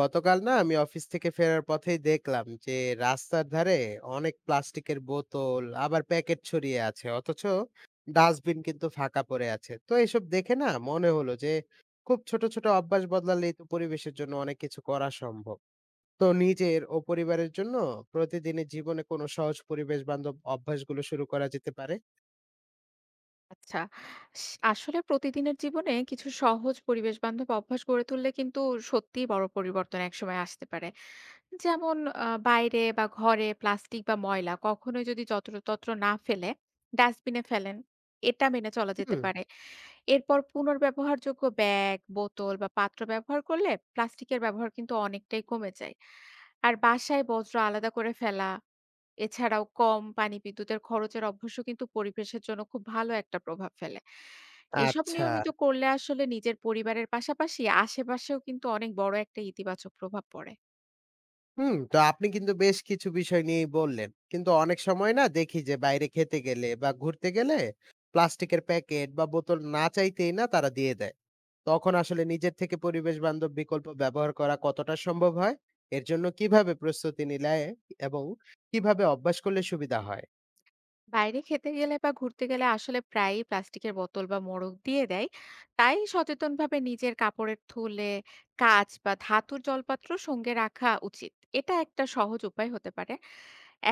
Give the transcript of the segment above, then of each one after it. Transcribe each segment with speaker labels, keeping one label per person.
Speaker 1: গতকাল না আমি অফিস থেকে ফেরার পথেই দেখলাম যে রাস্তার ধারে অনেক প্লাস্টিকের বোতল আবার প্যাকেট ছড়িয়ে আছে, অথচ ডাস্টবিন কিন্তু ফাঁকা পড়ে আছে। তো এসব দেখে না মনে হলো যে খুব ছোট ছোট অভ্যাস বদলালেই তো পরিবেশের জন্য অনেক কিছু করা সম্ভব। তো নিজের ও পরিবারের জন্য প্রতিদিনের জীবনে কোনো সহজ পরিবেশ বান্ধব অভ্যাসগুলো শুরু করা যেতে পারে।
Speaker 2: আচ্ছা। স আসলে প্রতিদিনের জীবনে কিছু সহজ পরিবেশ বান্ধব অভ্যাস গড়ে তুললে কিন্তু সত্যিই বড় পরিবর্তন একসময় আসতে পারে। যেমন বাইরে বা ঘরে প্লাস্টিক বা ময়লা কখনোই যদি যত্রতত্র না ফেলে ডাস্টবিনে ফেলেন। এটা মেনে চলা যেতে
Speaker 1: হুম।
Speaker 2: পারে। এরপর পুনর্ব্যবহারযোগ্য ব্যাগ, বোতল বা পাত্র ব্যবহার করলে প্লাস্টিকের ব্যবহার কিন্তু অনেকটাই কমে যায়। আর বাসায় বজ্র আলাদা করে ফেলা এছাড়াও কম পানি, বিদ্যুতের খরচের অভ্যাসও কিন্তু পরিবেশের জন্য খুব ভালো একটা প্রভাব ফেলে। এসব
Speaker 1: আচ্ছা।
Speaker 2: নিয়মিত করলে আসলে নিজের পরিবারের পাশাপাশি আশেপাশেও কিন্তু অনেক বড় একটা ইতিবাচক প্রভাব পড়ে।
Speaker 1: হুম, তো আপনি কিন্তু বেশ কিছু বিষয় নিয়েই বললেন। কিন্তু অনেক সময় না দেখি যে বাইরে খেতে গেলে বা ঘুরতে গেলে প্লাস্টিকের প্যাকেট বা বোতল না চাইতেই না তারা দিয়ে দেয়। তখন আসলে নিজের থেকে পরিবেশ বান্ধব বিকল্প ব্যবহার করা কতটা সম্ভব হয়? এর জন্য কিভাবে প্রস্তুতি নিলে এবং কিভাবে অভ্যাস করলে সুবিধা হয়?
Speaker 2: বাইরে খেতে গেলে বা ঘুরতে গেলে আসলে প্রায়ই প্লাস্টিকের বোতল বা মোড়ক দিয়ে দেয়। তাই সচেতনভাবে নিজের কাপড়ের থলে, কাঁচ বা ধাতুর জলপাত্র সঙ্গে রাখা উচিত। এটা একটা সহজ উপায় হতে পারে।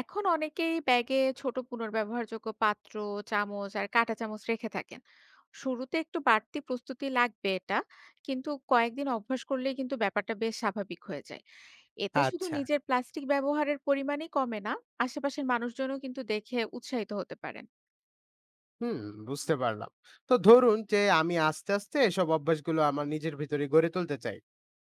Speaker 2: এখন অনেকেই ব্যাগে ছোট পুনর্ব্যবহারযোগ্য পাত্র, চামচ আর কাঁটা চামচ রেখে থাকেন। শুরুতে একটু বাড়তি প্রস্তুতি লাগবে এটা। কিন্তু কয়েকদিন অভ্যাস করলেই কিন্তু ব্যাপারটা বেশ স্বাভাবিক হয়ে যায়। এতে শুধু
Speaker 1: আচ্ছা।
Speaker 2: নিজের প্লাস্টিক ব্যবহারের পরিমাণই কমে না, আশেপাশের মানুষজনও কিন্তু দেখে উৎসাহিত হতে পারেন।
Speaker 1: হুম, বুঝতে পারলাম। তো ধরুন যে আমি আস্তে আস্তে এসব অভ্যাসগুলো আমার নিজের ভিতরে গড়ে তুলতে চাই,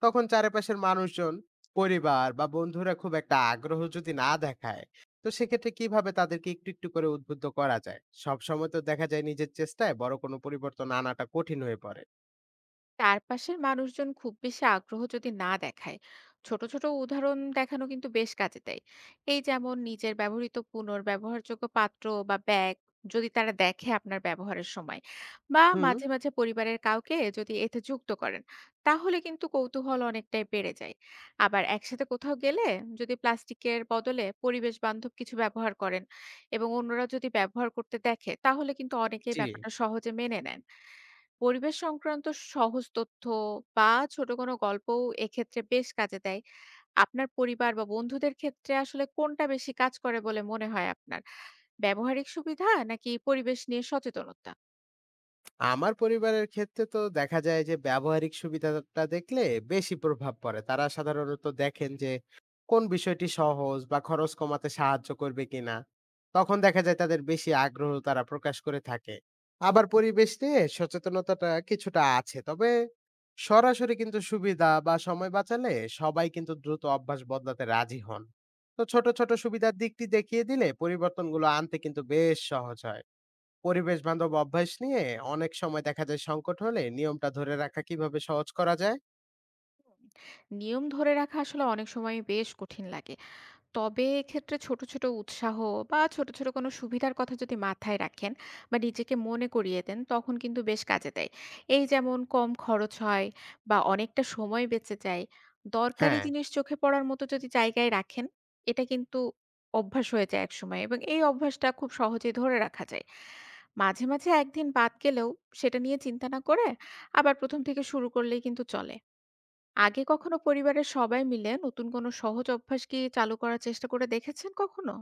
Speaker 1: তখন চারপাশের মানুষজন, পরিবার বা বন্ধুরা খুব একটা আগ্রহ যদি না দেখায়, তো সেক্ষেত্রে কিভাবে তাদেরকে একটু একটু করে উদ্বুদ্ধ করা যায়? সব সময় তো দেখা যায় নিজের চেষ্টায় বড় কোনো পরিবর্তন আনাটা কঠিন হয়ে পড়ে।
Speaker 2: চারপাশের মানুষজন খুব বেশি আগ্রহ যদি না দেখায় ছোট ছোট উদাহরণ দেখানো কিন্তু বেশ কাজে দেয়। এই যেমন নিজের ব্যবহৃত পুনর্ব্যবহারযোগ্য পাত্র বা ব্যাগ যদি তারা দেখে আপনার ব্যবহারের সময় বা
Speaker 1: হুম।
Speaker 2: মাঝে মাঝে পরিবারের কাউকে যদি এতে যুক্ত করেন তাহলে কিন্তু কৌতূহল অনেকটাই বেড়ে যায়। আবার একসাথে কোথাও গেলে যদি প্লাস্টিকের বদলে পরিবেশ বান্ধব কিছু ব্যবহার করেন এবং অন্যরা যদি ব্যবহার করতে দেখে তাহলে কিন্তু অনেকেই
Speaker 1: জি।
Speaker 2: ব্যাপারটা সহজে মেনে নেন। পরিবেশ সংক্রান্ত সহজ তথ্য বা ছোট কোনো গল্পও এক্ষেত্রে বেশ কাজে দেয়। আপনার পরিবার বা বন্ধুদের ক্ষেত্রে আসলে কোনটা বেশি কাজ করে বলে মনে হয় আপনার? ব্যবহারিক সুবিধা নাকি পরিবেশ নিয়ে সচেতনতা?
Speaker 1: আমার পরিবারের ক্ষেত্রে তো দেখা যায় যে ব্যবহারিক সুবিধাটা দেখলে বেশি প্রভাব পড়ে। তারা সাধারণত দেখেন যে কোন বিষয়টি সহজ বা খরচ কমাতে সাহায্য করবে কিনা। তখন দেখা যায় তাদের বেশি আগ্রহ তারা প্রকাশ করে থাকে। আবার পরিবেশ নিয়ে সচেতনতাটা কিছুটা আছে। তবে সরাসরি কিন্তু সুবিধা বা সময় বাঁচালে সবাই কিন্তু দ্রুত অভ্যাস বদলাতে রাজি হন। তো ছোট, ছোট সুবিধার দিকটি দেখিয়ে দিলে পরিবর্তনগুলো আনতে কিন্তু বেশ সহজ হয়। পরিবেশ বান্ধব অভ্যাস নিয়ে অনেক সময় দেখা যায় সংকট হলে নিয়মটা ধরে রাখা কিভাবে সহজ করা যায়?
Speaker 2: নিয়ম ধরে রাখা আসলে অনেক সময়ই বেশ কঠিন লাগে। তবে এক্ষেত্রে ছোট, ছোট উৎসাহ বা ছোট, ছোট কোনো সুবিধার কথা যদি মাথায় রাখেন বা নিজেকে মনে করিয়ে দেন, তখন কিন্তু বেশ কাজে দেয়। এই যেমন কম খরচ হয় বা অনেকটা সময় বেঁচে যায়। দরকারি
Speaker 1: হ্যাঁ।
Speaker 2: জিনিস চোখে পড়ার মতো যদি জায়গায় রাখেন, এটা কিন্তু অভ্যাস হয়ে যায় একসময় এবং এই অভ্যাসটা খুব সহজেই ধরে রাখা যায়। মাঝে, মাঝে একদিন বাদ গেলেও সেটা নিয়ে চিন্তা না করে আবার ১ম থেকে শুরু করলেই কিন্তু চলে। আগে কখনো পরিবারের সবাই মিলে নতুন কোনো সহজ অভ্যাস কি চালু করার চেষ্টা করে দেখেছেন কখনো?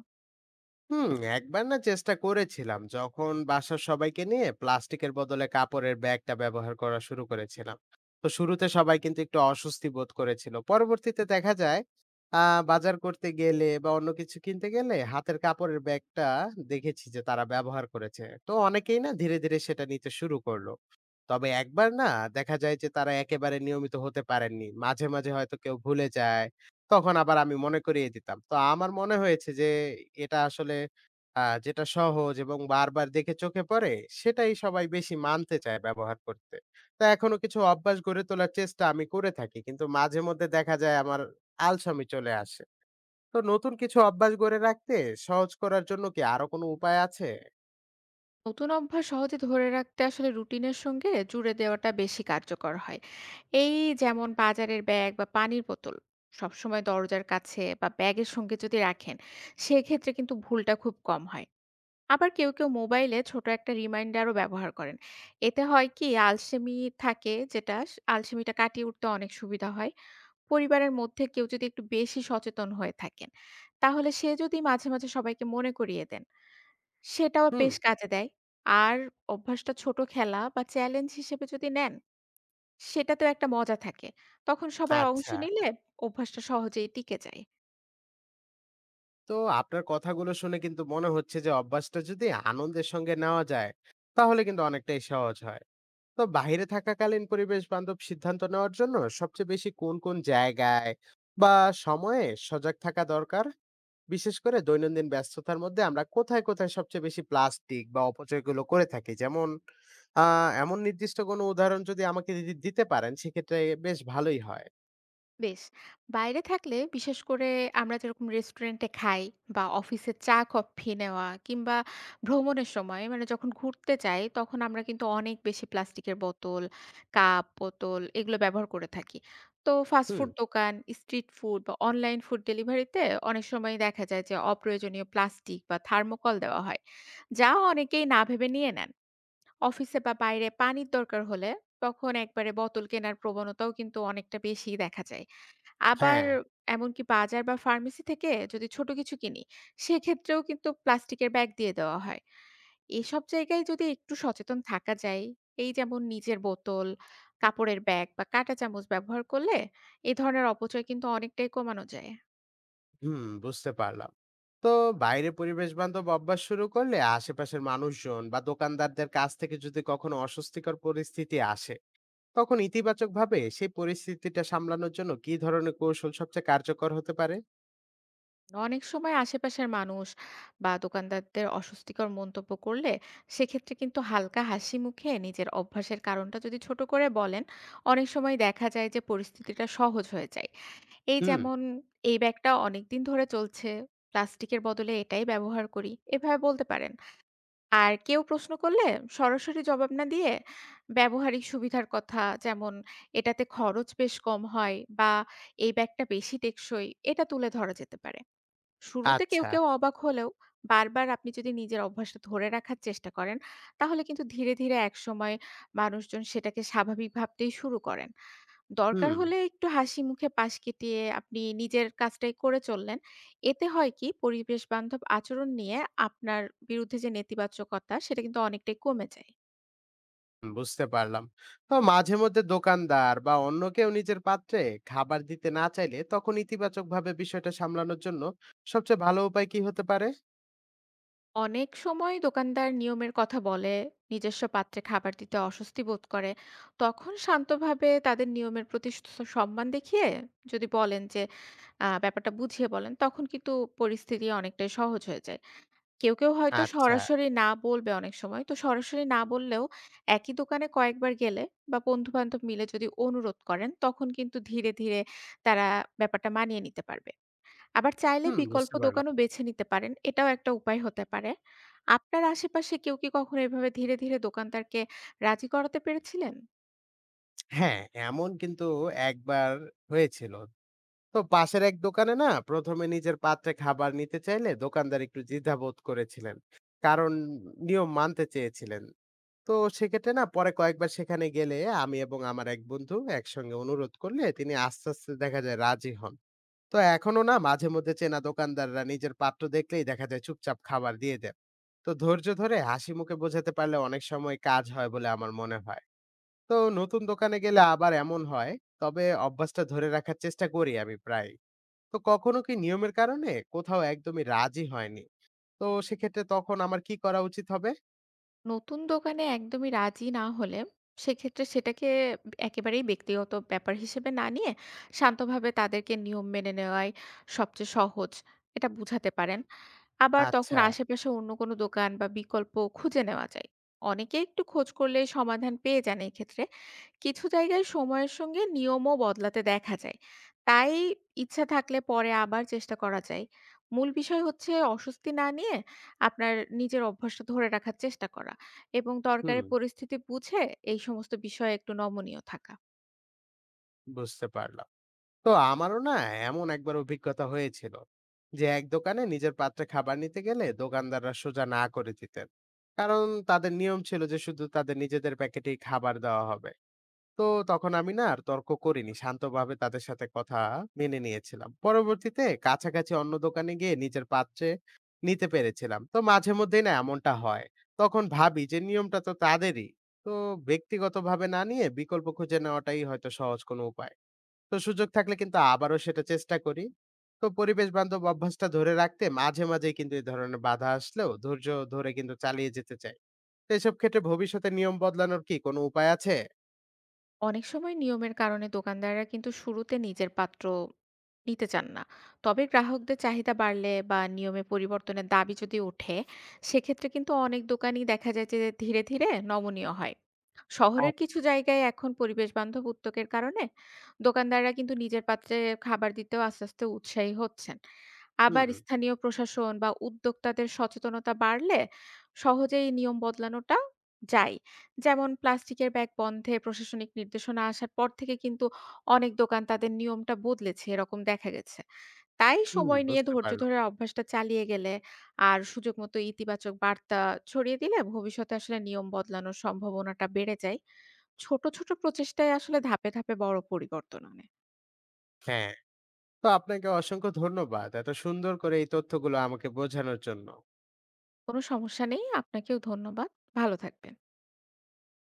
Speaker 1: হুম, একবার না চেষ্টা করেছিলাম যখন বাসার সবাইকে নিয়ে প্লাস্টিকের বদলে কাপড়ের ব্যাগটা ব্যবহার করা শুরু করেছিলাম। তো শুরুতে সবাই কিন্তু একটু অস্বস্তি বোধ করেছিল, পরবর্তীতে দেখা যায় বাজার করতে গেলে বা অন্য কিছু কিনতে গেলে হাতের কাপড়ের ব্যাগটা দেখেছি যে তারা ব্যবহার করেছে। তো অনেকেই না ধীরে ধীরে সেটা নিতে শুরু করলো। তবে একবার না দেখা যায় যে তারা একেবারে নিয়মিত হতে পারেননি, মাঝে মাঝে হয়তো কেউ ভুলে যায়, তখন আবার আমি মনে করিয়ে দিতাম। তো আমার মনে হয়েছে যে এটা আসলে আ যেটা সহজ এবং বারবার দেখে চোখে পড়ে, সেটাই সবাই বেশি মানতে চায় ব্যবহার করতে। তো এখনো কিছু অভ্যাস গড়ে তোলার চেষ্টা আমি করে থাকি। কিন্তু মাঝে মধ্যে দেখা যায় আমার আলসেমি চলে আসে। তো নতুন কিছু অভ্যাস গড়ে রাখতে সহজ করার জন্য কি আরো কোনো উপায় আছে?
Speaker 2: নতুন অভ্যাস সহজে ধরে রাখতে আসলে রুটিনের সঙ্গে জুড়ে দেওয়াটা বেশি কার্যকর হয়। এই যেমন বাজারের ব্যাগ বা পানির বোতল সবসময় দরজার কাছে বা ব্যাগের সঙ্গে যদি রাখেন, সেক্ষেত্রে কিন্তু ভুলটা খুব কম হয়। আবার কেউ, কেউ মোবাইলে ছোট একটা রিমাইন্ডারও ব্যবহার করেন। এতে হয় কি আলসেমি থাকে যেটা, আলসেমিটা কাটিয়ে উঠতে অনেক সুবিধা হয়। পরিবারের মধ্যে কেউ যদি একটু বেশি সচেতন হয়ে থাকেন, তাহলে সে যদি মাঝে, মাঝে সবাইকে মনে করিয়ে দেন, সেটাও
Speaker 1: হুম।
Speaker 2: বেশ কাজে দেয়। আর অভ্যাসটা ছোট খেলা বা চ্যালেঞ্জ হিসেবে যদি নেন, সেটাতেও একটা মজা থাকে। তখন সবাই অংশ
Speaker 1: আচ্ছা।
Speaker 2: নিলে অভ্যাসটা সহজেই টিকে যায়।
Speaker 1: তো আপনার কথাগুলো শুনে কিন্তু মনে হচ্ছে যে অভ্যাসটা যদি আনন্দের সঙ্গে নেওয়া যায়, তাহলে কিন্তু অনেকটাই সহজ হয়। তো বাহিরে থাকাকালীন পরিবেশ বান্ধব সিদ্ধান্ত নেওয়ার জন্য সবচেয়ে বেশি কোন কোন জায়গায় বা সময়ে সজাগ থাকা দরকার? বিশেষ করে দৈনন্দিন ব্যস্ততার মধ্যে আমরা কোথায় কোথায় সবচেয়ে বেশি প্লাস্টিক বা অপচয়গুলো করে থাকি, যেমন এমন নির্দিষ্ট কোনো উদাহরণ যদি আমাকে যদি দিতে পারেন সেক্ষেত্রে বেশ ভালোই হয়।
Speaker 2: বেশ। বাইরে থাকলে বিশেষ করে আমরা যেরকম রেস্টুরেন্টে খাই বা অফিসে চা কফি নেওয়া কিংবা ভ্রমণের সময় মানে যখন ঘুরতে যাই তখন আমরা কিন্তু অনেক বেশি প্লাস্টিকের বোতল, কাপ, বোতল এগুলো ব্যবহার করে থাকি। তো ফাস্ট
Speaker 1: হুম।
Speaker 2: ফুড দোকান, স্ট্রিট ফুড বা অনলাইন ফুড ডেলিভারিতে অনেক সময় দেখা যায় যে অপ্রয়োজনীয় প্লাস্টিক বা থার্মোকল দেওয়া হয়। যা অনেকেই না ভেবে নিয়ে নেন। অফিসে বা বাইরে পানির দরকার হলে তখন একবারে বোতল কেনার প্রবণতাও কিন্তু অনেকটা বেশিই দেখা যায়। আবার
Speaker 1: হ্যাঁ।
Speaker 2: এমনকি বাজার বা ফার্মেসি থেকে যদি ছোট কিছু কিনি, সেক্ষেত্রেও কিন্তু প্লাস্টিকের ব্যাগ দিয়ে দেওয়া হয়। এসব জায়গায় যদি একটু সচেতন থাকা যায়, এই যেমন নিজের বোতল, কাপড়ের ব্যাগ বা কাঁটা চামচ ব্যবহার করলে এ ধরনের অপচয় কিন্তু অনেকটাই কমানো যায়।
Speaker 1: হুম, বুঝতে পারলাম। তো বাইরে পরিবেশ বান্ধব অভ্যাস শুরু করলে আশেপাশের মানুষজন বা দোকানদারদের কাছ থেকে যদি কখনো অস্বস্তিকর পরিস্থিতি আসে, তখন ইতিবাচকভাবে সেই পরিস্থিতিটা সামলানোর জন্য কি ধরনের কৌশল সবচেয়ে কার্যকর হতে পারে?
Speaker 2: অনেক সময় আশেপাশের মানুষ বা দোকানদারদের অস্বস্তিকর মন্তব্য করলে সেক্ষেত্রে কিন্তু হালকা হাসি মুখে নিজের অভ্যাসের কারণটা যদি ছোট করে বলেন অনেক সময় দেখা যায় যে পরিস্থিতিটা সহজ হয়ে যায়। এই
Speaker 1: হুম।
Speaker 2: যেমন এই ব্যাগটা অনেকদিন ধরে চলছে, প্লাস্টিকের বদলে এটাই ব্যবহার করি, এভাবে বলতে পারেন। আর কেউ প্রশ্ন করলে সরাসরি জবাব না দিয়ে ব্যবহারিক সুবিধার কথা, যেমন এটাতে খরচ বেশ কম হয় বা এই ব্যাগটা বেশি টেকসই, এটা তুলে ধরা যেতে পারে। শুরুতে কেউ,
Speaker 1: আচ্ছা।
Speaker 2: কেউ অবাক হলেও বারবার আপনি যদি নিজের অভ্যাসটা ধরে রাখার চেষ্টা করেন, তাহলে কিন্তু ধীরে, ধীরে একসময় মানুষজন সেটাকে স্বাভাবিক ভাবতেই শুরু করেন। দরকার
Speaker 1: হুম,
Speaker 2: হলে একটু হাসি মুখে পাশ কাটিয়ে আপনি নিজের কাজটাই করে চললেন। এতে হয় কি পরিবেশবান্ধব আচরণ নিয়ে আপনার বিরুদ্ধে যে নেতিবাচকতা সেটা কিন্তু অনেকটাই কমে যায়।
Speaker 1: বুঝতে পারলাম। তো মাঝে মধ্যে দোকানদার বা অন্য কেউ নিজের পাত্রে খাবার দিতে না চাইলে তখন ইতিবাচকভাবে বিষয়টা সামলানোর জন্য সবচেয়ে ভালো উপায় কি হতে পারে?
Speaker 2: অনেক সময় দোকানদার নিয়মের কথা বলে নিজস্ব পাত্রে খাবার দিতে অস্বস্তি বোধ করে। তখন শান্তভাবে তাদের নিয়মের প্রতি সম্মান দেখিয়ে যদি বলেন যে ব্যাপারটা বুঝিয়ে বলেন তখন কিন্তু পরিস্থিতি অনেকটাই সহজ হয়ে যায়। কেউ কেউ হয়তো
Speaker 1: আচ্ছা।
Speaker 2: সরাসরি না বলবে, অনেক সময় তো সরাসরি না বললেও একই দোকানে কয়েকবার গেলে বা বন্ধু বান্ধব মিলে যদি অনুরোধ করেন তখন কিন্তু ধীরে ধীরে তারা ব্যাপারটা মানিয়ে নিতে পারবে। আবার চাইলে
Speaker 1: হুম,
Speaker 2: বিকল্প
Speaker 1: বুঝতে পারলাম।
Speaker 2: দোকানও বেছে নিতে পারেন। এটাও একটা উপায় হতে পারে। আপনার আশেপাশে কেউ কি কখনো এভাবে ধীরে, ধীরে দোকানদারকে রাজি করাতে পেরেছিলেন?
Speaker 1: হ্যাঁ, এমন কিন্তু একবার হয়েছিল। তো পাশের এক দোকানে না প্রথমে নিজের পাত্রে খাবার নিতে চাইলে দোকানদার একটু দ্বিধাবোধ করেছিলেন, কারণ নিয়ম মানতে চেয়েছিলেন। তো সেক্ষেত্রে না পরে কয়েকবার সেখানে গেলে আমি এবং আমার এক বন্ধু একসঙ্গে অনুরোধ করলে তিনি আস্তে আস্তে দেখা যায় রাজি হন। তো এখনো না মাঝে মধ্যে চেনা দোকানদাররা নিজের পাত্র দেখলেই দেখা যায় চুপচাপ খাবার দিয়ে দেন। তো ধৈর্য ধরে হাসি মুখে বোঝাতে পারলে অনেক সময় কাজ হয় বলে আমার মনে হয়। তো নতুন দোকানে গেলে আবার এমন হয়, তবে অভ্যাসটা ধরে রাখার চেষ্টা করি আমি প্রায়। তো কখনো কি নিয়মের কারণে কোথাও একদমই রাজি হয়নি, তো সেক্ষেত্রে তখন আমার কি করা উচিত হবে?
Speaker 2: নতুন দোকানে একদমই রাজি না হলে সেক্ষেত্রে সেটাকে একেবারেই ব্যক্তিগত ব্যাপার হিসেবে না নিয়ে শান্তভাবে তাদেরকে নিয়ম মেনে নেওয়াই সবচেয়ে সহজ, এটা বুঝাতে পারেন। আবার
Speaker 1: আচ্ছা।
Speaker 2: তখন আশেপাশে অন্য কোনো দোকান বা বিকল্প খুঁজে নেওয়া যায়। অনেকে একটু খোঁজ করলে সমাধান পেয়ে যান এই ক্ষেত্রে। কিছু জায়গায় সময়ের সঙ্গে নিয়মও বদলাতে দেখা যায়। তাই ইচ্ছা থাকলে পরে আবার চেষ্টা করা যায়। মূল বিষয় হচ্ছে অস্বস্তি না নিয়ে আপনার নিজের অভ্যাসটা ধরে রাখার চেষ্টা করা এবং
Speaker 1: হুম,
Speaker 2: দরকারের পরিস্থিতি বুঝে এই সমস্ত বিষয়ে একটু নমনীয় থাকা।
Speaker 1: বুঝতে পারলাম। তো আমারও না এমন একবার অভিজ্ঞতা হয়েছিল যে এক দোকানে নিজের পাত্রে খাবার নিতে গেলে দোকানদাররা সোজা না করে দিতেন। কারণ তাদের নিয়ম ছিল যে শুধু তাদের নিজেদের প্যাকেটেই খাবার দেওয়া হবে। তো তখন আমি না আর তর্ক করিনি, শান্তভাবে তাদের সাথে কথা মেনে নিয়েছিলাম। পরবর্তীতে কাছাকাছি অন্য দোকানে গিয়ে নিজের পাত্রে নিতে পেরেছিলাম। তো মাঝে মধ্যেই না এমনটা হয়, তখন ভাবি যে নিয়মটা তো তাদেরই। তো ব্যক্তিগতভাবে না নিয়ে বিকল্প খুঁজে নেওয়াটাই হয়তো সহজ কোনো উপায়। তো সুযোগ থাকলে কিন্তু আবারও সেটা চেষ্টা করি। তো পরিবেশ বান্ধব অভ্যাসটা ধরে রাখতে মাঝে মাঝে কিন্তু এই ধরনের বাধা আসলেও ধৈর্য ধরে কিন্তু চালিয়ে যেতে চাই। তো এসব ক্ষেত্রে ভবিষ্যতে নিয়ম বদলানোর কি কোনো উপায় আছে?
Speaker 2: অনেক সময় নিয়মের কারণে দোকানদাররা কিন্তু শুরুতে নিজের পাত্র নিতে চান না। তবে গ্রাহকদের চাহিদা বাড়লে বা নিয়মে পরিবর্তনের দাবি যদি ওঠে সেক্ষেত্রে কিন্তু অনেক দোকানই দেখা যায় যে ধীরে ধীরে নমনীয় হয়।
Speaker 1: আ-
Speaker 2: শহরের কিছু জায়গায় এখন পরিবেশ বান্ধব উদ্যোগের কারণে দোকানদাররা কিন্তু নিজের পাত্রে খাবার দিতেও আস্তে আস্তে উৎসাহী হচ্ছেন। আবার
Speaker 1: হুম।
Speaker 2: স্থানীয় প্রশাসন বা উদ্যোক্তাদের সচেতনতা বাড়লে সহজেই নিয়ম বদলানোটা যায়। যেমন প্লাস্টিকের ব্যাগ বন্ধে প্রশাসনিক নির্দেশনা আসার পর থেকে কিন্তু অনেক দোকান তাদের নিয়মটা বদলেছে, এরকম দেখা গেছে। তাই
Speaker 1: হুম,
Speaker 2: সময় নিয়ে
Speaker 1: বুঝতে
Speaker 2: ধৈর্য
Speaker 1: পারলাম।
Speaker 2: ধরে অভ্যাসটা চালিয়ে গেলে আর সুযোগ মতো ইতিবাচক বার্তা ছড়িয়ে দিলে ভবিষ্যতে আসলে নিয়ম বদলানোর সম্ভাবনাটা বেড়ে যায়। ছোট ছোট প্রচেষ্টায় আসলে ধাপে ধাপে বড় পরিবর্তন আনে।
Speaker 1: হ্যাঁ, তো আপনাকে অসংখ্য ধন্যবাদ। এত সুন্দর করে এই তথ্যগুলো আমাকে বোঝানোর জন্য।
Speaker 2: কোনো সমস্যা নেই, আপনাকেও ধন্যবাদ। ভালো থাকবেন।